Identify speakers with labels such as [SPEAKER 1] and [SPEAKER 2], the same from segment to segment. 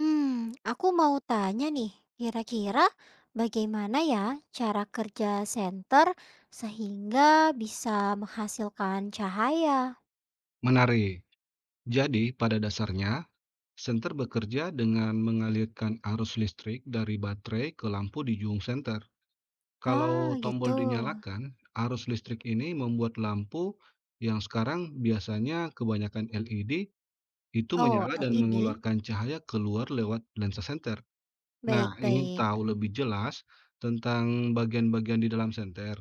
[SPEAKER 1] Hmm, aku mau tanya nih, kira-kira bagaimana ya cara kerja senter sehingga bisa menghasilkan cahaya?
[SPEAKER 2] Menarik. Jadi, pada dasarnya, senter bekerja dengan mengalirkan arus listrik dari baterai ke lampu di jung senter. Kalau
[SPEAKER 1] Ah,
[SPEAKER 2] tombol
[SPEAKER 1] gitu.
[SPEAKER 2] dinyalakan, arus listrik ini membuat lampu yang sekarang biasanya kebanyakan LED itu
[SPEAKER 1] Oh,
[SPEAKER 2] menyala dan
[SPEAKER 1] LED.
[SPEAKER 2] mengeluarkan cahaya keluar lewat lensa senter. Nah, ingin
[SPEAKER 1] Baik-baik.
[SPEAKER 2] tahu lebih jelas tentang bagian-bagian di dalam senter?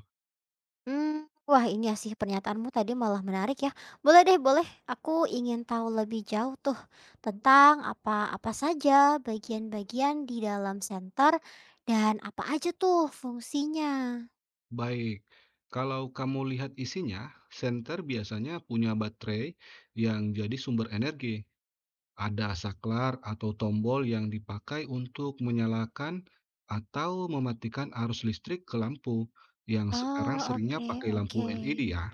[SPEAKER 1] Hmm, wah ini ya sih pernyataanmu tadi malah menarik ya. Boleh deh, boleh. Aku ingin tahu lebih jauh tuh tentang apa-apa saja bagian-bagian di dalam senter dan apa aja tuh fungsinya.
[SPEAKER 2] Baik, kalau kamu lihat isinya, senter biasanya punya baterai yang jadi sumber energi. Ada saklar atau tombol yang dipakai untuk menyalakan atau mematikan arus listrik ke lampu yang sekarang
[SPEAKER 1] Oh,
[SPEAKER 2] seringnya
[SPEAKER 1] oke,
[SPEAKER 2] pakai lampu
[SPEAKER 1] oke.
[SPEAKER 2] LED ya.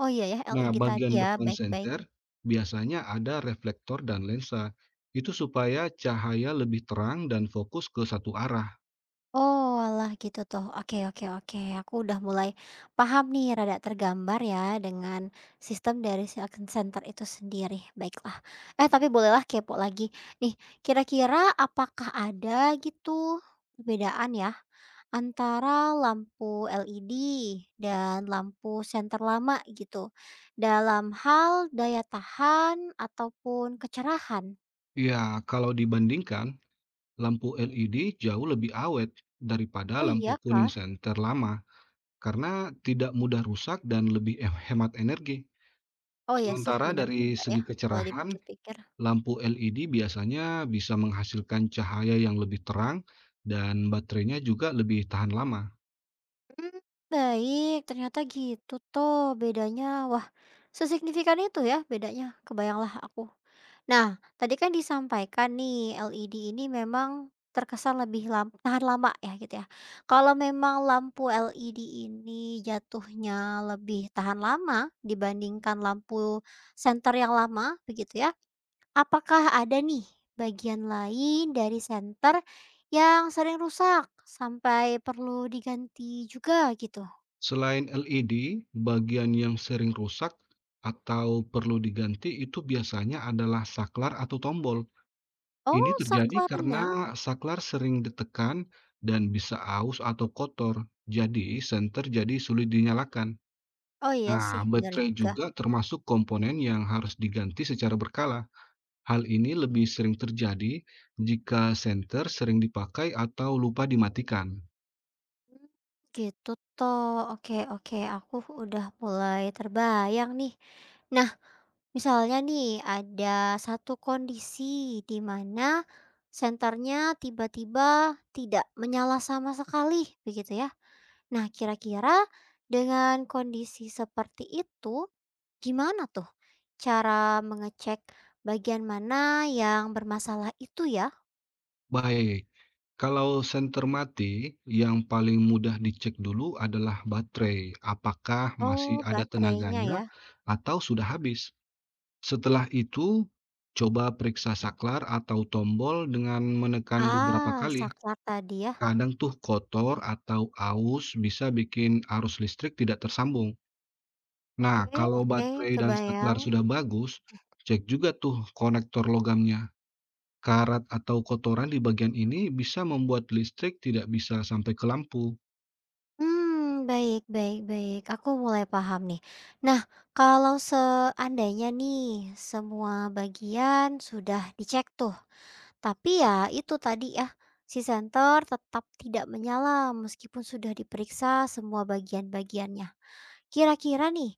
[SPEAKER 1] Oh iya ya,
[SPEAKER 2] Nah,
[SPEAKER 1] LED tadi
[SPEAKER 2] bagian
[SPEAKER 1] ya,
[SPEAKER 2] depan
[SPEAKER 1] baik baik.
[SPEAKER 2] senter biasanya ada reflektor dan lensa. Itu supaya cahaya lebih terang dan fokus ke satu arah.
[SPEAKER 1] Oh Oalah gitu toh. Oke, oke, oke, aku udah mulai paham nih, rada tergambar ya dengan sistem dari si action center itu sendiri. Baiklah. Eh, tapi bolehlah kepo lagi. Nih, kira-kira apakah ada gitu perbedaan ya antara lampu LED dan lampu senter lama gitu dalam hal daya tahan ataupun kecerahan?
[SPEAKER 2] Ya, kalau dibandingkan, lampu LED jauh lebih awet daripada
[SPEAKER 1] Oh
[SPEAKER 2] lampu
[SPEAKER 1] iya
[SPEAKER 2] kuning
[SPEAKER 1] kah?
[SPEAKER 2] senter lama karena tidak mudah rusak dan lebih hemat energi.
[SPEAKER 1] Oh ya sih,
[SPEAKER 2] Sementara
[SPEAKER 1] benar
[SPEAKER 2] dari
[SPEAKER 1] juga ya
[SPEAKER 2] segi
[SPEAKER 1] kalau
[SPEAKER 2] kecerahan,
[SPEAKER 1] dipikir-pikir.
[SPEAKER 2] lampu LED biasanya bisa menghasilkan cahaya yang lebih terang dan baterainya juga lebih tahan lama.
[SPEAKER 1] Mmm, baik, ternyata gitu toh bedanya. Wah, sesignifikan itu ya bedanya, kebayanglah aku. Nah, tadi kan disampaikan nih LED ini memang terkesan lebih lam tahan lama ya gitu ya. Kalau memang lampu LED ini jatuhnya lebih tahan lama dibandingkan lampu senter yang lama begitu ya, apakah ada nih bagian lain dari senter yang sering rusak sampai perlu diganti juga gitu?
[SPEAKER 2] Selain LED, bagian yang sering rusak atau perlu diganti itu biasanya adalah saklar atau tombol. Ini
[SPEAKER 1] Oh,
[SPEAKER 2] terjadi
[SPEAKER 1] saklar renyang?
[SPEAKER 2] karena saklar sering ditekan dan bisa aus atau kotor, jadi senter jadi sulit dinyalakan.
[SPEAKER 1] Oh iya sih,
[SPEAKER 2] Nah,
[SPEAKER 1] benar
[SPEAKER 2] baterai
[SPEAKER 1] juga.
[SPEAKER 2] juga termasuk komponen yang harus diganti secara berkala. Hal ini lebih sering terjadi jika senter sering dipakai atau lupa dimatikan.
[SPEAKER 1] Hmm, Gitu toh. Oke, oke, aku udah mulai terbayang nih. Nah, misalnya nih ada satu kondisi di mana senternya tiba-tiba tidak menyala sama sekali, begitu ya. Nah, kira-kira dengan kondisi seperti itu, gimana tuh cara mengecek bagian mana yang bermasalah itu ya?
[SPEAKER 2] Baik, kalau senter mati, yang paling mudah dicek dulu adalah baterai, apakah masih
[SPEAKER 1] Oh,
[SPEAKER 2] ada
[SPEAKER 1] baterainya
[SPEAKER 2] tenaganya
[SPEAKER 1] ya?
[SPEAKER 2] atau sudah habis. Setelah itu, coba periksa saklar atau tombol dengan menekan beberapa
[SPEAKER 1] Ah,
[SPEAKER 2] kali.
[SPEAKER 1] saklar tadi ya?
[SPEAKER 2] Kadang tuh kotor atau aus bisa bikin arus listrik tidak tersambung. Nah,
[SPEAKER 1] Oke,
[SPEAKER 2] kalau
[SPEAKER 1] oke,
[SPEAKER 2] baterai dan saklar
[SPEAKER 1] kebayang.
[SPEAKER 2] sudah bagus, cek juga tuh konektor logamnya. Karat atau kotoran di bagian ini bisa membuat listrik tidak bisa sampai ke lampu.
[SPEAKER 1] Hmm, baik, baik, baik, aku mulai paham nih. Nah, kalau seandainya nih semua bagian sudah dicek tuh, tapi ya itu tadi ya, si senter tetap tidak menyala meskipun sudah diperiksa semua bagian-bagiannya. Kira-kira nih,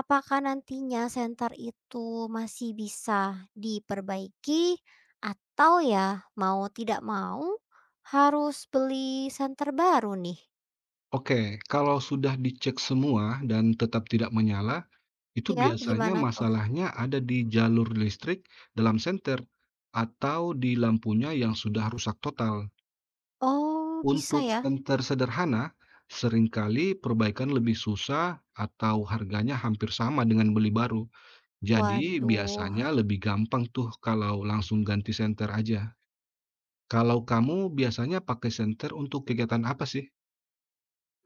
[SPEAKER 1] apakah nantinya senter itu masih bisa diperbaiki atau ya mau tidak mau harus beli senter baru nih?
[SPEAKER 2] Oke, kalau sudah dicek semua dan tetap tidak menyala, itu
[SPEAKER 1] Ya,
[SPEAKER 2] biasanya
[SPEAKER 1] gimana tuh?
[SPEAKER 2] masalahnya ada di jalur listrik dalam senter atau di lampunya yang sudah rusak total.
[SPEAKER 1] Oh, bisa
[SPEAKER 2] Untuk
[SPEAKER 1] ya?
[SPEAKER 2] senter sederhana, seringkali perbaikan lebih susah atau harganya hampir sama dengan beli baru. Jadi
[SPEAKER 1] Waduh.
[SPEAKER 2] biasanya lebih gampang tuh kalau langsung ganti senter aja. Kalau kamu biasanya pakai senter untuk kegiatan apa sih?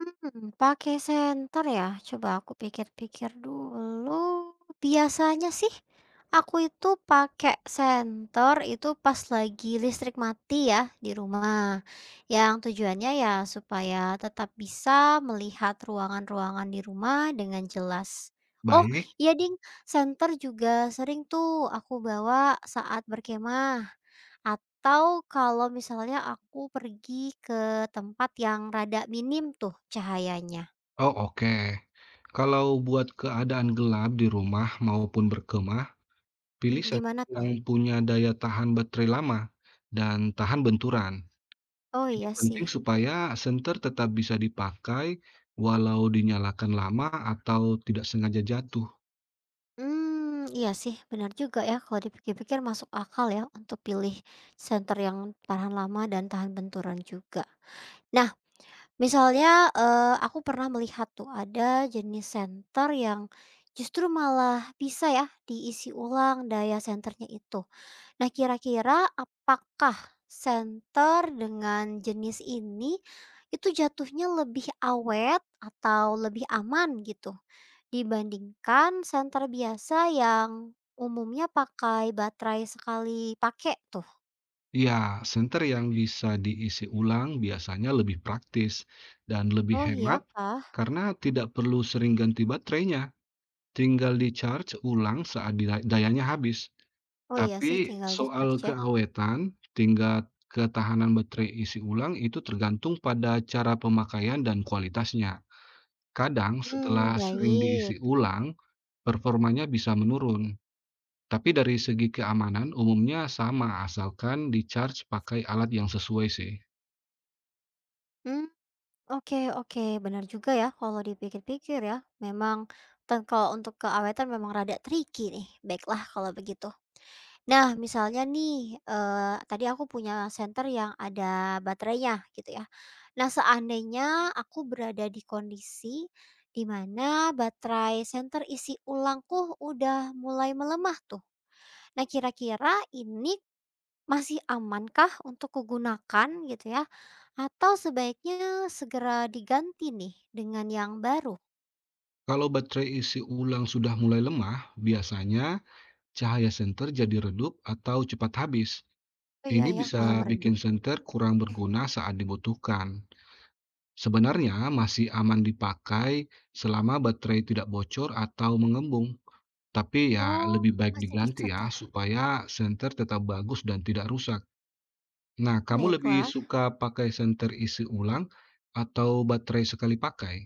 [SPEAKER 1] Pakai senter ya? Coba aku pikir-pikir dulu, biasanya sih aku itu pakai senter itu pas lagi listrik mati ya di rumah, yang tujuannya ya supaya tetap bisa melihat ruangan-ruangan di rumah dengan jelas. Oh,
[SPEAKER 2] Baik.
[SPEAKER 1] iya ding, senter juga sering tuh aku bawa saat berkemah. Atau kalau misalnya aku pergi ke tempat yang rada minim tuh cahayanya.
[SPEAKER 2] Oh, oke. Kalau buat keadaan gelap di rumah maupun berkemah,
[SPEAKER 1] Hmm.
[SPEAKER 2] pilih
[SPEAKER 1] Gimana
[SPEAKER 2] sensor
[SPEAKER 1] tuh?
[SPEAKER 2] yang punya daya tahan baterai lama dan tahan benturan.
[SPEAKER 1] Oh
[SPEAKER 2] Ini
[SPEAKER 1] iya sih.
[SPEAKER 2] penting supaya senter tetap bisa dipakai walau dinyalakan lama atau tidak sengaja jatuh.
[SPEAKER 1] Hmm, iya sih benar juga ya kalau dipikir-pikir masuk akal ya untuk pilih senter yang tahan lama dan tahan benturan juga. Nah misalnya, aku pernah melihat tuh ada jenis senter yang justru malah bisa ya diisi ulang daya senternya itu. Nah, kira-kira apakah senter dengan jenis ini, itu jatuhnya lebih awet atau lebih aman gitu, dibandingkan senter biasa yang umumnya pakai baterai sekali pakai tuh?
[SPEAKER 2] Ya, senter yang bisa diisi ulang biasanya lebih praktis dan lebih
[SPEAKER 1] Oh, iya
[SPEAKER 2] hemat
[SPEAKER 1] kah?
[SPEAKER 2] karena tidak perlu sering ganti baterainya. Tinggal di-charge ulang saat dayanya habis.
[SPEAKER 1] Oh, iya
[SPEAKER 2] Tapi
[SPEAKER 1] sih tinggal
[SPEAKER 2] soal
[SPEAKER 1] di-charge ya.
[SPEAKER 2] keawetan, tingkat ketahanan baterai isi ulang itu tergantung pada cara pemakaian dan kualitasnya. Kadang
[SPEAKER 1] Hmm,
[SPEAKER 2] setelah sering diisi
[SPEAKER 1] baik.
[SPEAKER 2] ulang, performanya bisa menurun. Tapi dari segi keamanan umumnya sama asalkan di-charge pakai alat yang sesuai sih.
[SPEAKER 1] Hmm, oke, oke, benar juga ya kalau dipikir-pikir ya, memang dan kalau untuk keawetan memang rada tricky nih. Baiklah kalau begitu. Nah, misalnya nih, tadi aku punya senter yang ada baterainya gitu ya. Nah, seandainya aku berada di kondisi di mana baterai senter isi ulangku udah mulai melemah tuh. Nah, kira-kira ini masih amankah untuk kugunakan gitu ya, atau sebaiknya segera diganti nih dengan yang baru?
[SPEAKER 2] Kalau baterai isi ulang sudah mulai lemah, biasanya cahaya senter jadi redup atau cepat habis.
[SPEAKER 1] Oh, iya
[SPEAKER 2] Ini
[SPEAKER 1] ya. Malah
[SPEAKER 2] bisa bikin
[SPEAKER 1] meredup.
[SPEAKER 2] senter kurang berguna saat dibutuhkan. Sebenarnya masih aman dipakai selama baterai tidak bocor atau mengembung, tapi ya
[SPEAKER 1] Oh,
[SPEAKER 2] lebih baik
[SPEAKER 1] masih bisa
[SPEAKER 2] diganti ya
[SPEAKER 1] tah?
[SPEAKER 2] supaya senter tetap bagus dan tidak rusak. Nah, kamu lebih
[SPEAKER 1] Baiklah.
[SPEAKER 2] suka pakai senter isi ulang atau baterai sekali pakai?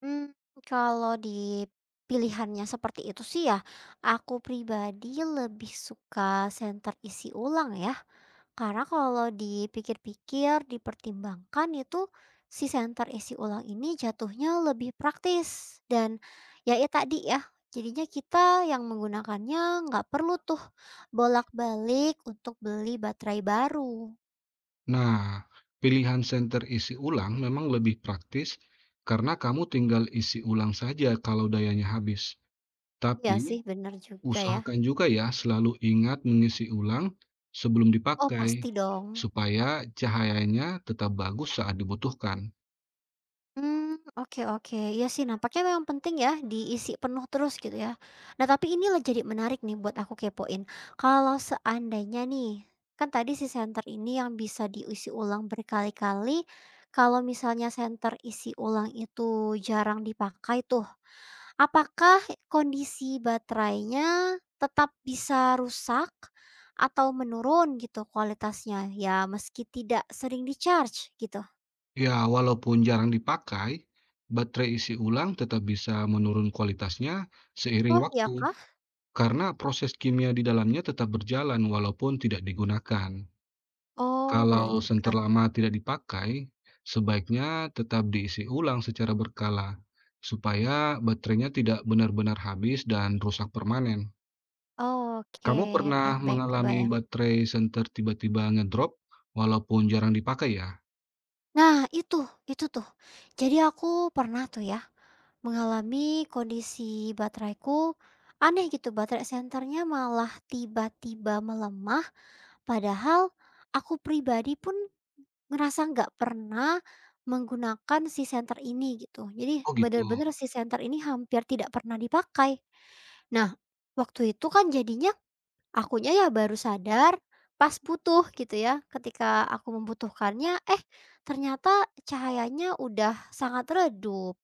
[SPEAKER 1] Hmm, kalau di pilihannya seperti itu sih ya, aku pribadi lebih suka senter isi ulang ya. Karena kalau dipikir-pikir, dipertimbangkan itu si senter isi ulang ini jatuhnya lebih praktis dan ya ya tadi ya, jadinya kita yang menggunakannya nggak perlu tuh bolak-balik untuk beli baterai baru.
[SPEAKER 2] Nah, pilihan senter isi ulang memang lebih praktis karena kamu tinggal isi ulang saja kalau dayanya habis.
[SPEAKER 1] Iya
[SPEAKER 2] Tapi
[SPEAKER 1] sih bener juga ya.
[SPEAKER 2] usahakan juga ya selalu ingat mengisi ulang sebelum
[SPEAKER 1] Oh
[SPEAKER 2] dipakai,
[SPEAKER 1] pasti dong.
[SPEAKER 2] supaya cahayanya tetap bagus saat dibutuhkan.
[SPEAKER 1] Hmm, oke, oke. Iya sih nampaknya memang penting ya diisi penuh terus gitu ya. Nah tapi inilah jadi menarik nih buat aku kepoin. Kalau seandainya nih, kan tadi si senter ini yang bisa diisi ulang berkali-kali, kalau misalnya senter isi ulang itu jarang dipakai tuh, apakah kondisi baterainya tetap bisa rusak atau menurun gitu kualitasnya? Ya meski tidak sering di-charge gitu.
[SPEAKER 2] Ya, walaupun jarang dipakai, baterai isi ulang tetap bisa menurun kualitasnya seiring
[SPEAKER 1] Oh iya
[SPEAKER 2] waktu,
[SPEAKER 1] kah?
[SPEAKER 2] karena proses kimia di dalamnya tetap berjalan walaupun tidak digunakan.
[SPEAKER 1] Oh benar
[SPEAKER 2] Kalau senter
[SPEAKER 1] juga.
[SPEAKER 2] lama tidak dipakai, sebaiknya tetap diisi ulang secara berkala, supaya baterainya tidak benar-benar habis dan rusak permanen.
[SPEAKER 1] Oke,
[SPEAKER 2] Kamu pernah
[SPEAKER 1] baik, baik,
[SPEAKER 2] mengalami
[SPEAKER 1] kebayang.
[SPEAKER 2] baterai senter tiba-tiba ngedrop walaupun jarang dipakai ya?
[SPEAKER 1] Nah itu tuh, jadi aku pernah tuh ya, mengalami kondisi bateraiku aneh gitu, baterai senternya malah tiba-tiba melemah, padahal aku pribadi pun ngerasa nggak pernah menggunakan si senter ini gitu. Jadi
[SPEAKER 2] Oh gitu.
[SPEAKER 1] bener-bener si senter ini hampir tidak pernah dipakai. Nah, waktu itu kan jadinya akunya ya baru sadar pas butuh gitu ya, ketika aku membutuhkannya, eh ternyata cahayanya udah sangat redup.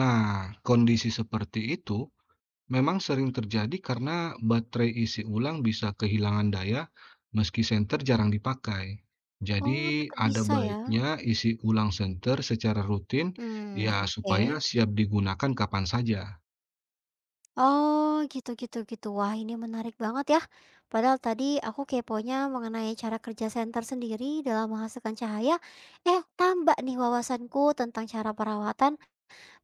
[SPEAKER 2] Nah, kondisi seperti itu memang sering terjadi karena baterai isi ulang bisa kehilangan daya meski senter jarang dipakai. Jadi
[SPEAKER 1] Oh tetap
[SPEAKER 2] ada
[SPEAKER 1] bisa ya?
[SPEAKER 2] baiknya isi ulang senter secara rutin ya
[SPEAKER 1] Hmm, oke.
[SPEAKER 2] supaya siap digunakan kapan saja.
[SPEAKER 1] Oh gitu, gitu, gitu. Wah ini menarik banget ya. Padahal tadi aku keponya mengenai cara kerja senter sendiri dalam menghasilkan cahaya, eh tambah nih wawasanku tentang cara perawatan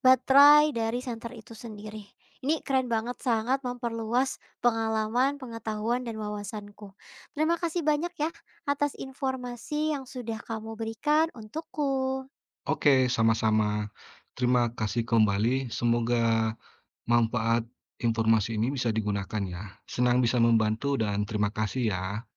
[SPEAKER 1] baterai dari senter itu sendiri. Ini keren banget, sangat memperluas pengalaman, pengetahuan, dan wawasanku. Terima kasih banyak ya atas informasi yang sudah kamu berikan untukku.
[SPEAKER 2] Oke, sama-sama. Terima kasih kembali. Semoga manfaat informasi ini bisa digunakan ya. Senang bisa membantu dan terima kasih ya.